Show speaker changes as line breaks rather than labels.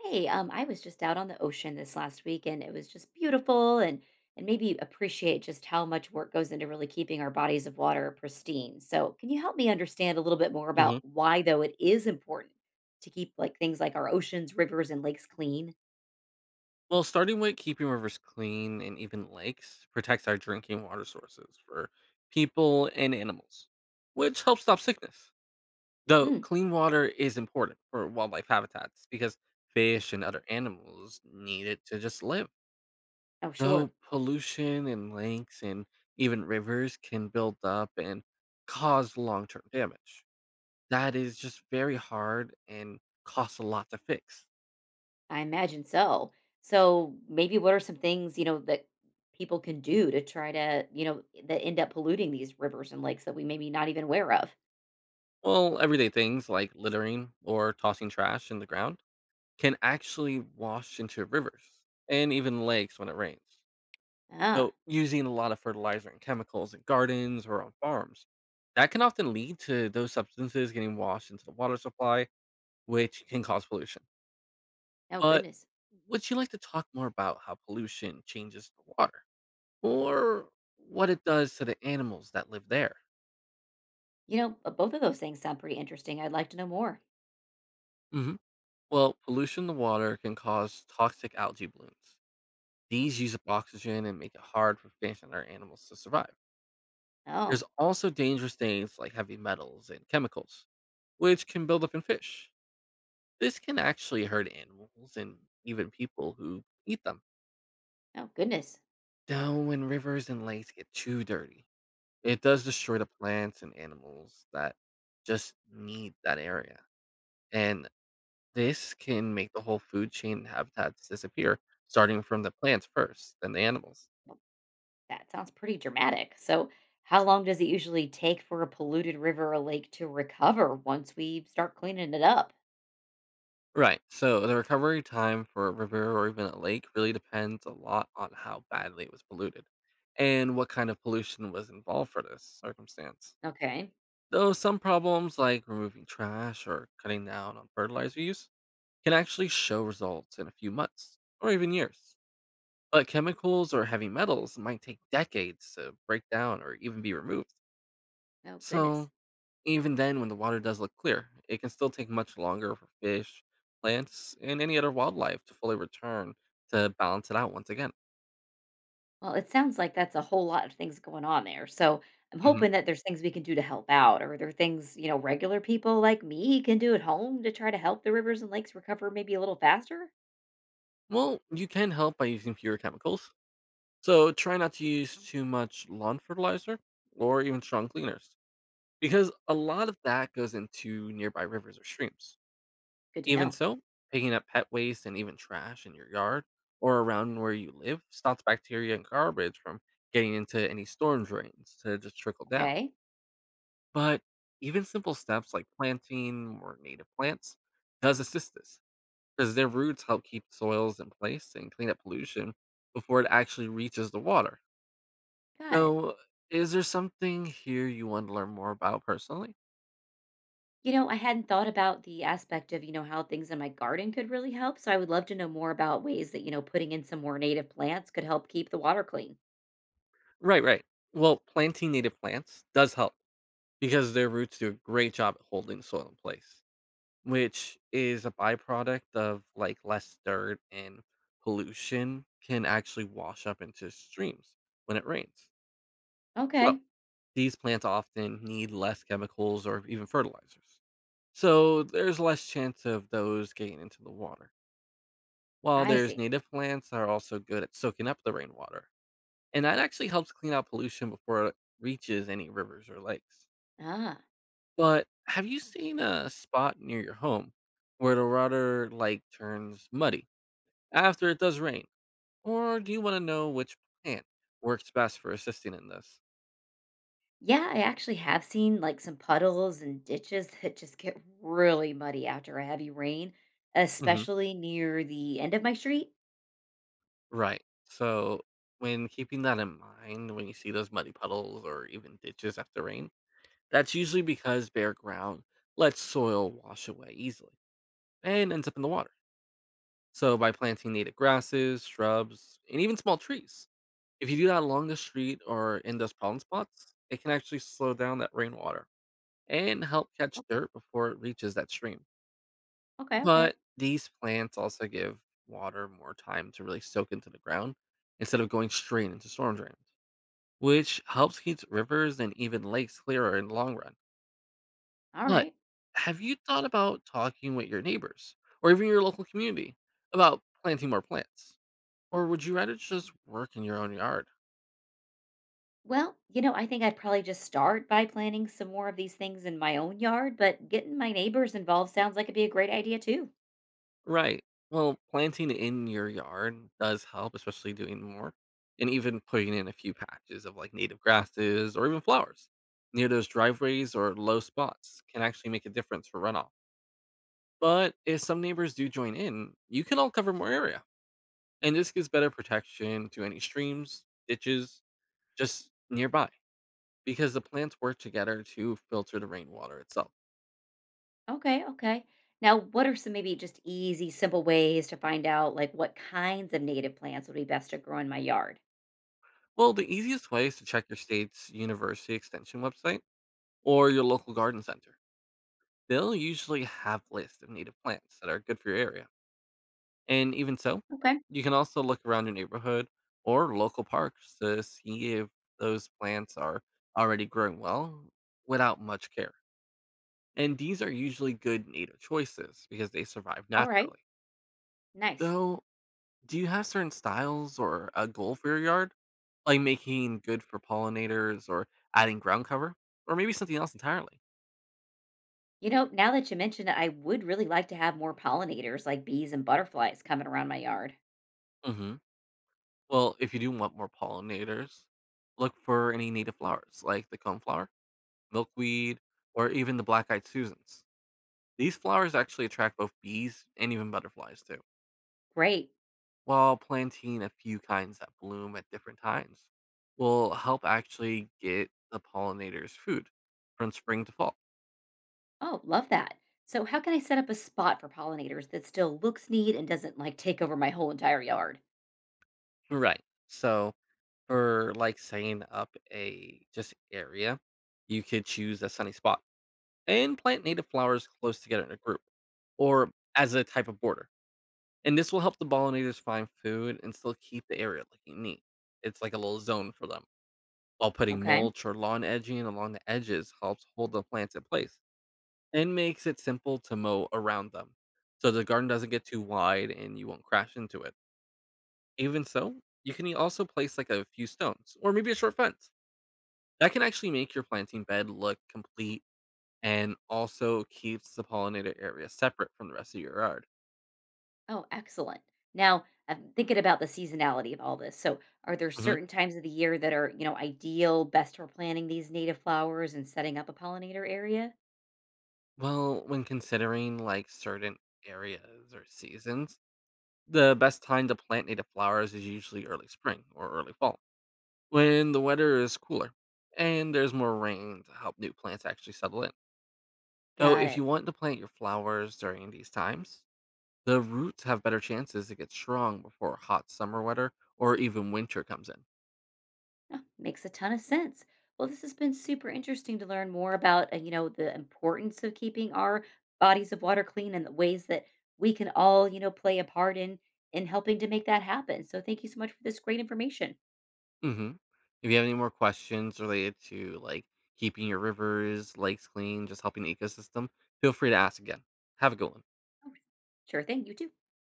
Hey, I was just out on the ocean this last week and it was just beautiful and maybe appreciate just how much work goes into really keeping our bodies of water pristine. So, can you help me understand a little bit more
hmm
about why though it is important to keep like things like our oceans, rivers, and lakes clean?
Well, starting with keeping rivers clean and even lakes protects our drinking water sources for people and animals, which helps stop sickness. Though
Hmm.
clean water is important for wildlife habitats because fish and other animals need it to just live.
Oh,
Though
sure.
pollution in lakes and even rivers can build up and cause long term damage. That is just very hard and costs a lot to fix.
I imagine so. So, maybe what are some things, you know, that people can do to try to, you know, that end up polluting these rivers and lakes that we maybe not even aware of?
Well, everyday things like littering or tossing trash in the ground can actually wash into rivers and even lakes when it rains.
Ah,
So, using a lot of fertilizer and chemicals in gardens or on farms, that can often lead to those substances getting washed into the water supply, which can cause pollution.
oh
But
goodness.
would you like to talk more about how pollution changes the water or what it does to the animals that live there?
You know, both of those things sound pretty interesting. I'd like to know more.
hmm Well, pollution in the water can cause toxic algae blooms. These use up oxygen and make it hard for fish and other animals to survive.
Oh,
There's also dangerous things like heavy metals and chemicals, which can build up in fish. This can actually hurt animals and even people who eat them.
oh, goodness.
Now, when rivers and lakes get too dirty, it does destroy the plants and animals that just need that area. And this can make the whole food chain and habitats disappear, starting from the plants first, then the animals.
Well, that sounds pretty dramatic. So, how long does it usually take for a polluted river or lake to recover once we start cleaning it up?
Right. So the recovery time for a river or even a lake really depends a lot on how badly it was polluted and what kind of pollution was involved for this circumstance.
Okay.
Though some problems like removing trash or cutting down on fertilizer use can actually show results in a few months or even years. But chemicals or heavy metals might take decades to break down or even be removed.
Oh, goodness.
So even then, when the water does look clear, it can still take much longer for fish, plants, and any other wildlife to fully return to balance it out once again.
Well, it sounds like that's a whole lot of things going on there. So, I'm
hmm
hoping that there's things we can do to help out. Or are there things, you know, regular people like me can do at home to try to help the rivers and lakes recover maybe a little faster?
Well, you can help by using fewer chemicals. So try not to use too much lawn fertilizer or even strong cleaners, because a lot of that goes into nearby rivers or streams.
Good to
Even
know.
so, picking up pet waste and even trash in your yard or around where you live stops bacteria and garbage from getting into any storm drains to just trickle down.
Okay.
But even simple steps like planting or native plants does assist this because their roots help keep soils in place and clean up pollution before it actually reaches the water.
Got it.
So, is there something here you want to learn more about personally?
You know, I hadn't thought about the aspect of, you know, how things in my garden could really help. So I would love to know more about ways that, you know, putting in some more native plants could help keep the water clean.
Right. Well, planting native plants does help because their roots do a great job at holding soil in place, which is a byproduct of like less dirt and pollution can actually wash up into streams when it rains. So,
Okay,
these plants often need less chemicals or even fertilizers, so there's less chance of those getting into the water. While
I
there's
see.
native plants that are also good at soaking up the rainwater, and that actually helps clean out pollution before it reaches any rivers or lakes.
Ah,
But have you seen a spot near your home where the water like turns muddy after it does rain, or do you want to know which plant works best for assisting in this?
yeah, I actually have seen like some puddles and ditches that just get really muddy after a heavy rain,
Mm-hmm.
especially near the end of my street.
Right. So when keeping that in mind, when you see those muddy puddles or even ditches after rain, that's usually because bare ground lets soil wash away easily and ends up in the water. So by planting native grasses, shrubs, and even small trees, if you do that along the street or in those problem spots, it can actually slow down that rainwater and help catch
Okay,
dirt before it reaches that stream.
okay, okay.
But these plants also give water more time to really soak into the ground instead of going straight into storm drains, which helps keep rivers and even lakes clearer in the long run.
All
But
right.
have you thought about talking with your neighbors or even your local community about planting more plants? Or would you rather just work in your own yard?
Well, you know, I think I'd probably just start by planting some more of these things in my own yard, but getting my neighbors involved sounds like it'd be a great idea too.
Right. Well, planting in your yard does help, especially doing more, and even putting in a few patches of like native grasses or even flowers near those driveways or low spots can actually make a difference for runoff. But if some neighbors do join in, you can all cover more area, and this gives better protection to any streams, ditches just nearby, because the plants work together to filter the rainwater itself.
Okay, okay. Now, what are some maybe just easy, simple ways to find out like what kinds of native plants would be best to grow in my yard?
Well, the easiest way is to check your state's university extension website or your local garden center. They'll usually have lists of native plants that are good for your area. And even so,
Okay,
you can also look around your neighborhood or local parks to see if those plants are already growing well without much care. And these are usually good native choices because they survive
all right,
naturally.
nice.
Though, do you have certain styles or a goal for your yard? Like making good for pollinators or adding ground cover? Or maybe something else entirely?
You know, now that you mentioned it, I would really like to have more pollinators like bees and butterflies coming around my yard.
hmm Well, if you do want more pollinators, look for any native flowers like the coneflower, milkweed, or even the black eyed Susans. These flowers actually attract both bees and even butterflies too.
Great.
While planting a few kinds that bloom at different times will help actually get the pollinators food from spring to fall.
Oh, love that. So, how can I set up a spot for pollinators that still looks neat and doesn't like take over my whole entire yard?
Right. So for like setting up a just area, you could choose a sunny spot and plant native flowers close together in a group or as a type of border. And this will help the pollinators find food and still keep the area looking neat. It's like a little zone for them. While putting
Okay.
mulch or lawn edging along the edges helps hold the plants in place and makes it simple to mow around them. So the garden doesn't get too wide and you won't crash into it. Even so, you can also place like a few stones or maybe a short fence. That can actually make your planting bed look complete and also keeps the pollinator area separate from the rest of your yard.
Oh, excellent. Now, I'm thinking about the seasonality of all this. So, are there
hmm
certain times of the year that are, you know, ideal, best for planting these native flowers and setting up a pollinator area?
Well, when considering like certain areas or seasons, the best time to plant native flowers is usually early spring or early fall when the weather is cooler and there's more rain to help new plants actually settle in. So,
Got
if you
it.
want to plant your flowers during these times, the roots have better chances to get strong before hot summer weather or even winter comes in.
Oh, makes a ton of sense. Well, this has been super interesting to learn more about, you know, the importance of keeping our bodies of water clean and the ways that we can all, you know, play a part in helping to make that happen. So, thank you so much for this great information.
hmm If you have any more questions related to like keeping your rivers, lakes clean, just helping the ecosystem, feel free to ask again. Have a good one.
Oh, sure thing. You too.